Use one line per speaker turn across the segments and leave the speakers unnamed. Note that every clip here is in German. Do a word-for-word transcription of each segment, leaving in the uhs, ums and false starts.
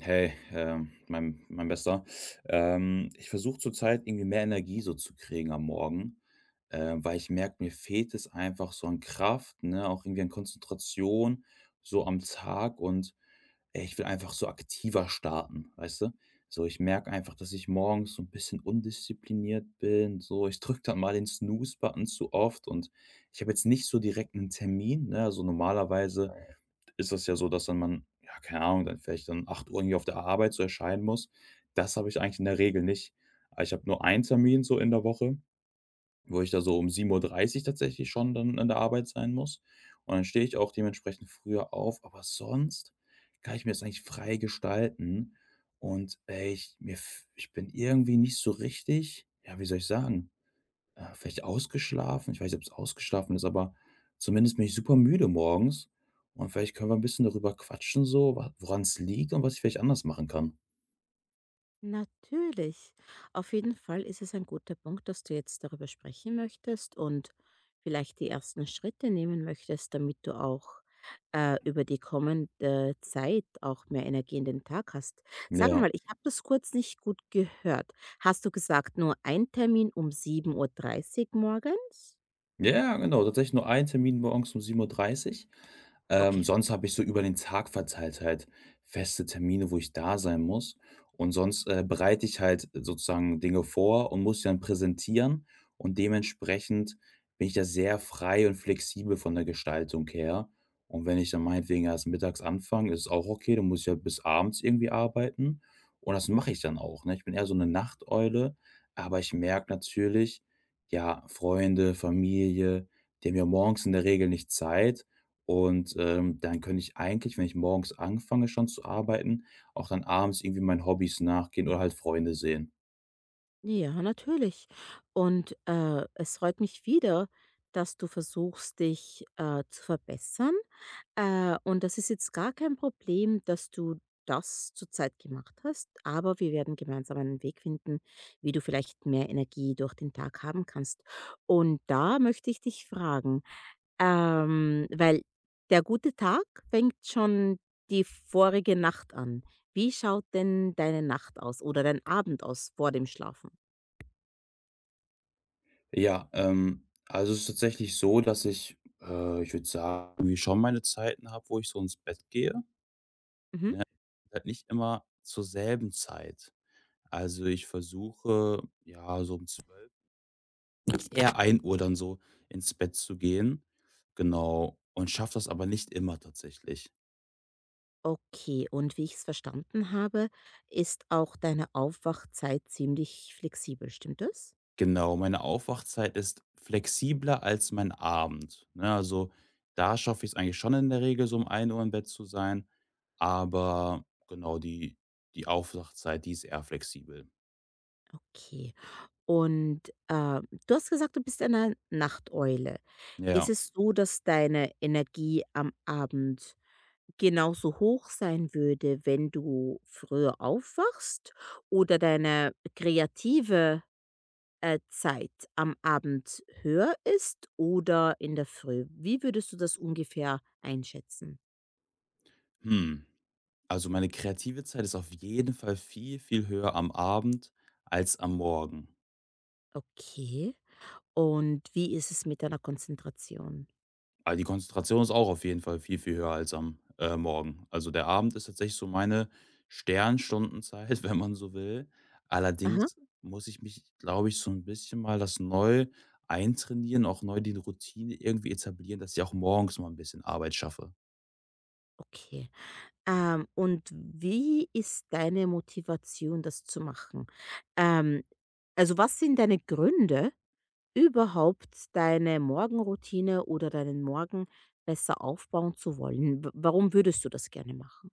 Hey, ähm, mein, mein Bester. Ähm, ich versuche zurzeit irgendwie mehr Energie so zu kriegen am Morgen, äh, weil ich merke, mir fehlt es einfach so an Kraft, ne, auch irgendwie an Konzentration so am Tag, und ey, ich will einfach so aktiver starten, weißt du? So, ich merke einfach, dass ich morgens so ein bisschen undiszipliniert bin, so. Ich drücke dann mal den Snooze-Button zu oft, und ich habe jetzt nicht so direkt einen Termin, ne? Also, normalerweise ist das ja so, dass dann man, ja, keine Ahnung, dann vielleicht dann acht Uhr irgendwie auf der Arbeit so erscheinen muss. Das habe ich eigentlich in der Regel nicht. Ah, ich habe nur einen Termin so in der Woche, wo ich da so um sieben Uhr dreißig tatsächlich schon dann an der Arbeit sein muss. Und dann stehe ich auch dementsprechend früher auf, aber sonst kann ich mir das eigentlich frei gestalten. Und, ey, ich mir f ich bin irgendwie nicht so richtig, ja, wie soll ich sagen, äh, vielleicht ausgeschlafen? Ich weiß nicht, ob es ausgeschlafen ist, aber zumindest bin ich super müde morgens, und vielleicht können wir ein bisschen darüber quatschen so, woran es liegt und was ich vielleicht anders machen kann.
Natürlich. Auf jeden Fall ist es ein guter Punkt, dass du jetzt darüber sprechen möchtest und vielleicht die ersten Schritte nehmen möchtest, damit du auch äh, über die kommende Zeit auch mehr Energie in den Tag hast. Sag
Ja.
mal, ich habe das kurz nicht gut gehört. Hast du gesagt, nur ein Termin um sieben Uhr dreißig morgens?
Ja, genau, tatsächlich nur ein Termin morgens um sieben Uhr dreißig. Ähm,
Okay.
sonst habe ich so über den Tag verteilt halt feste Termine, wo ich da sein muss. Und sonst, äh, bereite ich halt sozusagen Dinge vor und muss die dann präsentieren. Und dementsprechend bin ich da sehr frei und flexibel von der Gestaltung her. Und wenn ich dann meinetwegen erst mittags anfange, ist es auch okay, dann muss ich ja bis abends irgendwie arbeiten. Und das mache ich dann auch, ne? Ich bin eher so eine Nachteule, aber ich merke natürlich, ja, Freunde, Familie, die haben ja morgens in der Regel nicht Zeit. Und, ähm, dann könnte ich eigentlich, wenn ich morgens anfange schon zu arbeiten, auch dann abends irgendwie meinen Hobbys nachgehen oder halt Freunde sehen.
Ja, natürlich. Und, äh, es freut mich wieder, dass du versuchst, dich, äh, zu verbessern. Äh, und das ist jetzt gar kein Problem, dass du das zurzeit gemacht hast, aber wir werden gemeinsam einen Weg finden, wie du vielleicht mehr Energie durch den Tag haben kannst. Und da möchte ich dich fragen, ähm, weil der gute Tag fängt schon die vorige Nacht an. Wie schaut denn deine Nacht aus oder dein Abend aus vor dem Schlafen?
Ja, ähm, also es ist tatsächlich so, dass ich, äh, ich würde sagen, irgendwie schon meine Zeiten habe, wo ich so ins Bett gehe,
Mhm.
halt nicht immer zur selben Zeit. Also, ich versuche, ja, so um zwölf, eher ein Uhr, dann so ins Bett zu gehen. Genau. Und schaffe das aber nicht immer tatsächlich.
Okay, und wie ich es verstanden habe, ist auch deine Aufwachzeit ziemlich flexibel, stimmt das?
Genau, meine Aufwachzeit ist flexibler als mein Abend, ne? Also, da schaffe ich es eigentlich schon in der Regel, so um ein Uhr im Bett zu sein, aber genau, die die Aufwachzeit, die ist eher flexibel.
Okay. Und äh, du hast gesagt, du bist eine Nachteule. Ist
Ja.
es so, dass deine Energie am Abend genauso hoch sein würde, wenn du früher aufwachst oder deine kreative äh, Zeit am Abend höher ist oder in der Früh? Wie würdest du das ungefähr einschätzen?
Hm, also, meine kreative Zeit ist auf jeden Fall viel, viel höher am Abend als am Morgen.
Okay. Und wie ist es mit deiner Konzentration?
Ah, die Konzentration ist auch auf jeden Fall viel, viel höher als am, äh, Morgen. Also, der Abend ist tatsächlich so meine Sternstundenzeit, wenn man so will.
Aha.
Allerdings muss ich mich, glaube ich, so ein bisschen mal das neu eintrainieren, auch neu die Routine irgendwie etablieren, dass ich auch morgens mal ein bisschen Arbeit schaffe.
Okay. Ähm, und wie ist deine Motivation, das zu machen? Ähm, also was sind deine Gründe, überhaupt deine Morgenroutine oder deinen Morgen besser aufbauen zu wollen? W warum würdest du das gerne machen?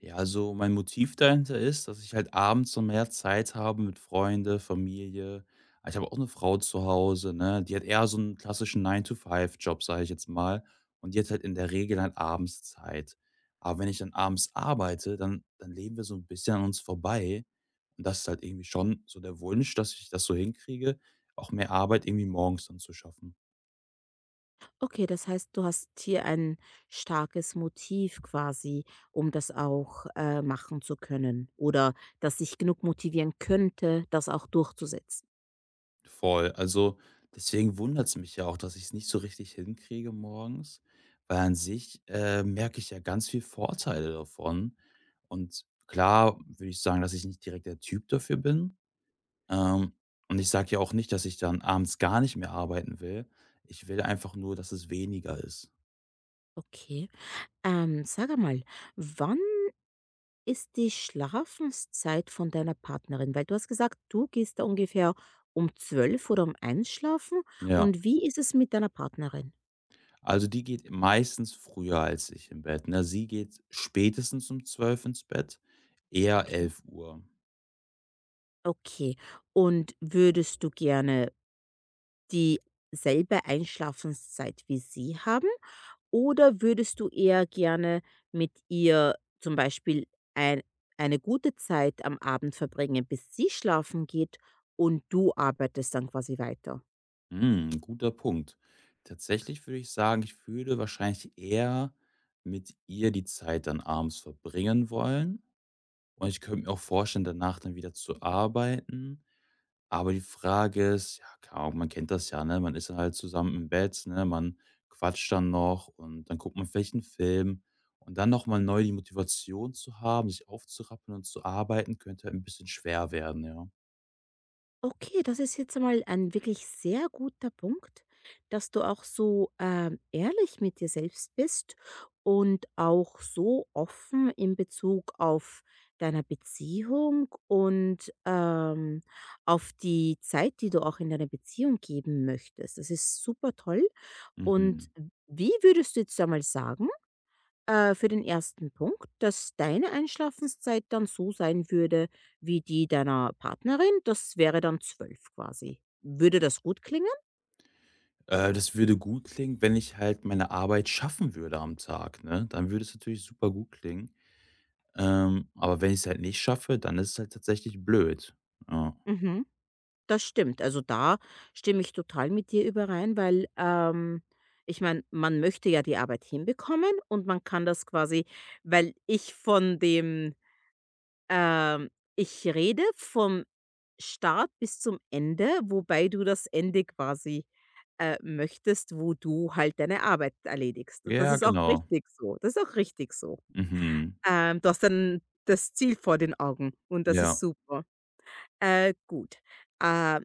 Ja, also mein Motiv dahinter ist, dass ich halt abends so mehr Zeit habe mit Freunde, Familie. Ah, ich habe auch eine Frau zu Hause, ne? Die hat eher so einen klassischen Nine to Five job, sage ich jetzt mal. Und die hat halt in der Regel halt abends Zeit. Aber wenn ich dann abends arbeite, dann, dann leben wir so ein bisschen an uns vorbei. Und das ist halt irgendwie schon so der Wunsch, dass ich das so hinkriege, auch mehr Arbeit irgendwie morgens dann zu schaffen.
Okay, das heißt, du hast hier ein starkes Motiv quasi, um das auch, äh, machen zu können oder das dich genug motivieren könnte, das auch durchzusetzen.
Voll. Also, deswegen wundert es mich ja auch, dass ich es nicht so richtig hinkriege morgens, weil an sich, äh, merke ich ja ganz viel Vorteile davon. Und klar würde ich sagen, dass ich nicht direkt der Typ dafür bin. Ähm, und ich sage ja auch nicht, dass ich dann abends gar nicht mehr arbeiten will. Ich will einfach nur, dass es weniger ist.
Okay. Ähm, sage mal, wann ist die Schlafenszeit von deiner Partnerin? Weil du hast gesagt, du gehst da ungefähr um zwölf oder um eins schlafen
Ja.
und wie ist es mit deiner Partnerin?
Also, die geht meistens früher als ich im Bett, ne? Sie geht spätestens um zwölf ins Bett, eher
Okay.
elf Uhr.
Okay. Und würdest du gerne dieselbe Einschlafenszeit wie sie haben? Oder würdest du eher gerne mit ihr zum Beispiel ein eine gute Zeit am Abend verbringen, bis sie schlafen geht und du arbeitest dann quasi weiter?
Hm, guter Punkt. Tatsächlich würde ich sagen, ich würde wahrscheinlich eher mit ihr die Zeit dann abends verbringen wollen. Und ich könnte mir auch vorstellen, danach dann wieder zu arbeiten. Aber die Frage ist, ja, keine Ahnung, man kennt das ja, ne? Man ist dann halt zusammen im Bett, ne? Man quatscht dann noch und dann guckt man vielleicht einen Film. Und dann nochmal neu die Motivation zu haben, sich aufzurappeln und zu arbeiten, könnte halt ein bisschen schwer werden, ja.
Okay, das ist jetzt einmal ein wirklich sehr guter Punkt, dass du auch so, ähm, ehrlich mit dir selbst bist und auch so offen in Bezug auf deiner Beziehung und, ähm, auf die Zeit, die du auch in deine Beziehung geben möchtest. Das ist super toll. Und
Mhm.
wie würdest du jetzt einmal sagen äh, für den ersten Punkt, dass deine Einschlafenszeit dann so sein würde wie die deiner Partnerin, das wäre dann zwölf quasi. Würde das gut klingen?
Äh, das würde gut klingen, wenn ich halt meine Arbeit schaffen würde am Tag, ne? Dann würde es natürlich super gut klingen. Ähm, aber wenn ich es halt nicht schaffe, dann ist es halt tatsächlich blöd. Ja.
Mhm. Das stimmt. Also da stimme ich total mit dir überein, weil ähm, ich meine, man möchte ja die Arbeit hinbekommen und man kann das quasi, weil ich von dem Ähm, ich rede vom Start bis zum Ende, wobei du das Ende quasi, äh, möchtest, wo du halt deine Arbeit erledigst. Und das
Ja,
ist auch
genau.
richtig so. Das ist auch richtig so.
Mhm.
Ähm, du hast dann das Ziel vor den Augen und das ist
Ja.
super. Äh, gut, äh,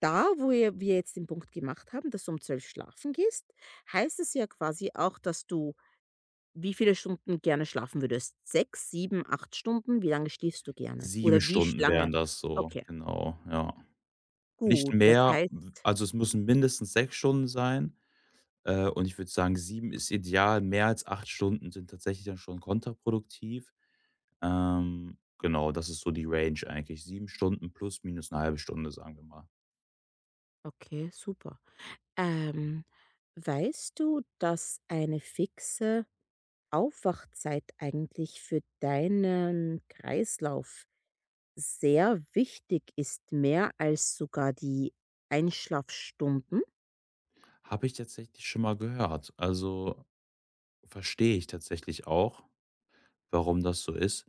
da, wo wir wir jetzt den Punkt gemacht haben, dass du um zwölf schlafen gehst, heißt es ja quasi auch, dass du wie viele Stunden gerne schlafen würdest? Sechs, sieben, acht Stunden? Wie lange schläfst du gerne?
sieben
Oder wie sch
Stunden wären
lange?
das so,
Okay,
genau, ja. Nicht
gut, das
mehr,
heißt
w also, es müssen mindestens sechs Stunden sein, äh, und ich würde sagen, sieben ist ideal. Mehr als acht Stunden sind tatsächlich dann schon kontraproduktiv. Ähm, genau, das ist so die Range eigentlich. Sieben Stunden plus minus eine halbe Stunde, sagen wir mal.
okay, super. Ähm, Weißt du, dass eine fixe Aufwachzeit eigentlich für deinen Kreislauf sehr wichtig ist, mehr als sogar die Einschlafstunden?
Habe ich tatsächlich schon mal gehört. Also, verstehe ich tatsächlich auch, warum das so ist.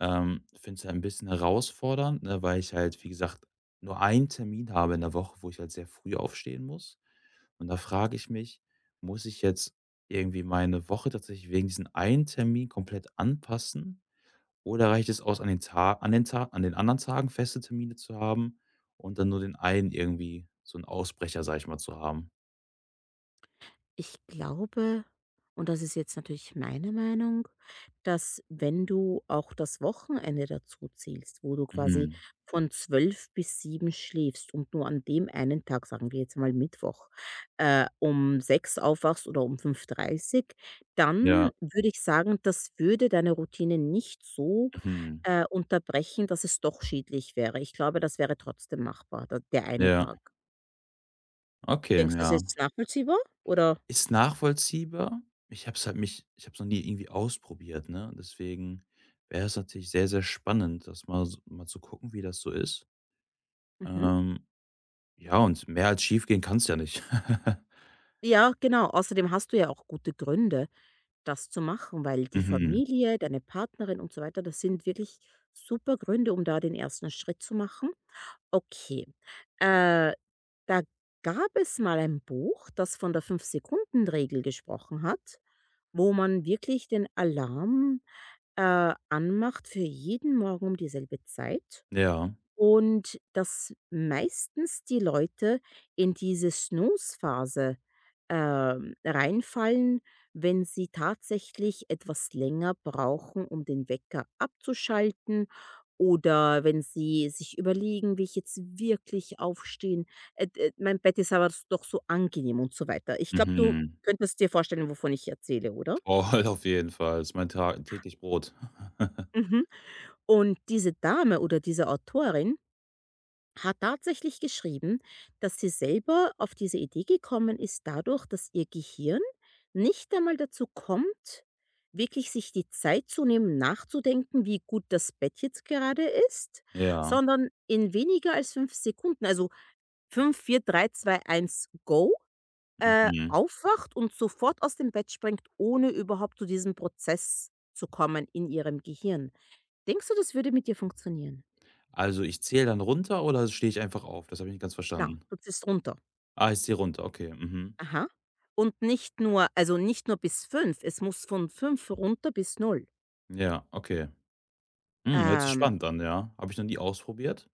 Ähm, finde es halt 'n bisschen herausfordernd, ne, weil ich halt, wie gesagt, nur einen Termin habe in der Woche, wo ich halt sehr früh aufstehen muss. Und da frage ich mich: „Muss ich jetzt irgendwie meine Woche tatsächlich wegen diesen einen Termin komplett anpassen?" Oder reicht es aus, an den Ta an den Ta an den anderen Tagen feste Termine zu haben und dann nur den einen irgendwie so einen Ausbrecher, sage ich mal, zu haben?
Ich glaube, und das ist jetzt natürlich meine Meinung, dass wenn du auch das Wochenende dazu zählst, wo du quasi
Mhm.
von zwölf bis sieben schläfst und nur an dem einen Tag, sagen wir jetzt mal Mittwoch, äh, um sechs aufwachst oder um fünf Uhr dreißig,
Ja.
dann würde ich sagen, das würde deine Routine nicht so,
Mhm.
äh, unterbrechen, dass es doch schädlich wäre. Ich glaube, das wäre trotzdem machbar, da der eine
Ja.
Tag.
Okay,
Denkst du, das
ja.
ist nachvollziehbar? Oder
Ist nachvollziehbar. Ich habe es halt mich ich habe es noch nie irgendwie ausprobiert, ne? Deswegen wäre es natürlich sehr, sehr spannend, das mal s mal zu gucken, wie das so ist.
mhm.
Ähm, ja, und mehr als schiefgehen kann's ja nicht.
Ja, genau. Außerdem hast du ja auch gute Gründe, das zu machen, weil die
Mhm.
Familie, deine Partnerin und so weiter, das sind wirklich super Gründe, um da den ersten Schritt zu machen. Okay. Äh, Da gab es mal ein Buch, das von der Fünf Sekunden Regel gesprochen hat, wo man wirklich den Alarm äh, anmacht für jeden Morgen um dieselbe Zeit.
Ja.
Und dass meistens die Leute in diese Snooze-Phase, ähm, reinfallen, wenn sie tatsächlich etwas länger brauchen, um den Wecker abzuschalten oder wenn sie sich überlegen: „Will ich jetzt wirklich aufstehen? Äh, d äh, Mein Bett ist aber s doch so angenehm“ und so weiter. Ich glaube, du
Mhm.
könntest dir vorstellen, wovon ich erzähle, oder?
Voll, auf jeden Fall. Ist mein Tag täglich Brot.
Mhm. Und diese Dame oder diese Autorin hat tatsächlich geschrieben, dass sie selber auf diese Idee gekommen ist dadurch, dass ihr Gehirn nicht einmal dazu kommt, wirklich sich die Zeit zu nehmen, nachzudenken, wie gut das Bett jetzt gerade ist,
Ja,
sondern in weniger als fünf Sekunden, also fünf, vier, drei, zwei, eins, go, äh,
mhm.
aufwacht und sofort aus dem Bett springt, ohne überhaupt zu diesem Prozess zu kommen in ihrem Gehirn. Denkst du, das würde mit dir funktionieren?
Also, ich zähle dann runter oder stehe ich einfach auf? Das habe ich nicht ganz
Na,
verstanden.
du ziehst runter.
Ah, ich zähle runter, okay, mhm.
Aha. Und nicht nur also nicht nur bis fünf es muss von fünf runter bis null
Ja, okay. Hm, hört sich
Ähm,
spannend an, ja. Habe ich noch nie ausprobiert.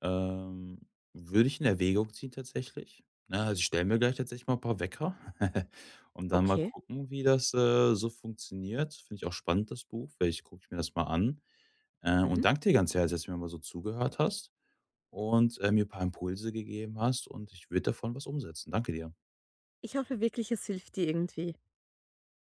Ähm, Würde ich in Erwägung ziehen tatsächlich. Na, also, ich stelle mir gleich tatsächlich mal ein paar Wecker und dann mal
okay.
gucken, wie das, äh, so funktioniert. Finde ich auch spannend, das Buch. Vielleicht gucke ich mir das mal an. Äh,
Mhm.
und danke dir ganz herzlich, dass du mir mal so zugehört hast und, äh, mir ein paar Impulse gegeben hast und ich würde davon was umsetzen. Danke dir.
Ich hoffe wirklich, es hilft dir irgendwie.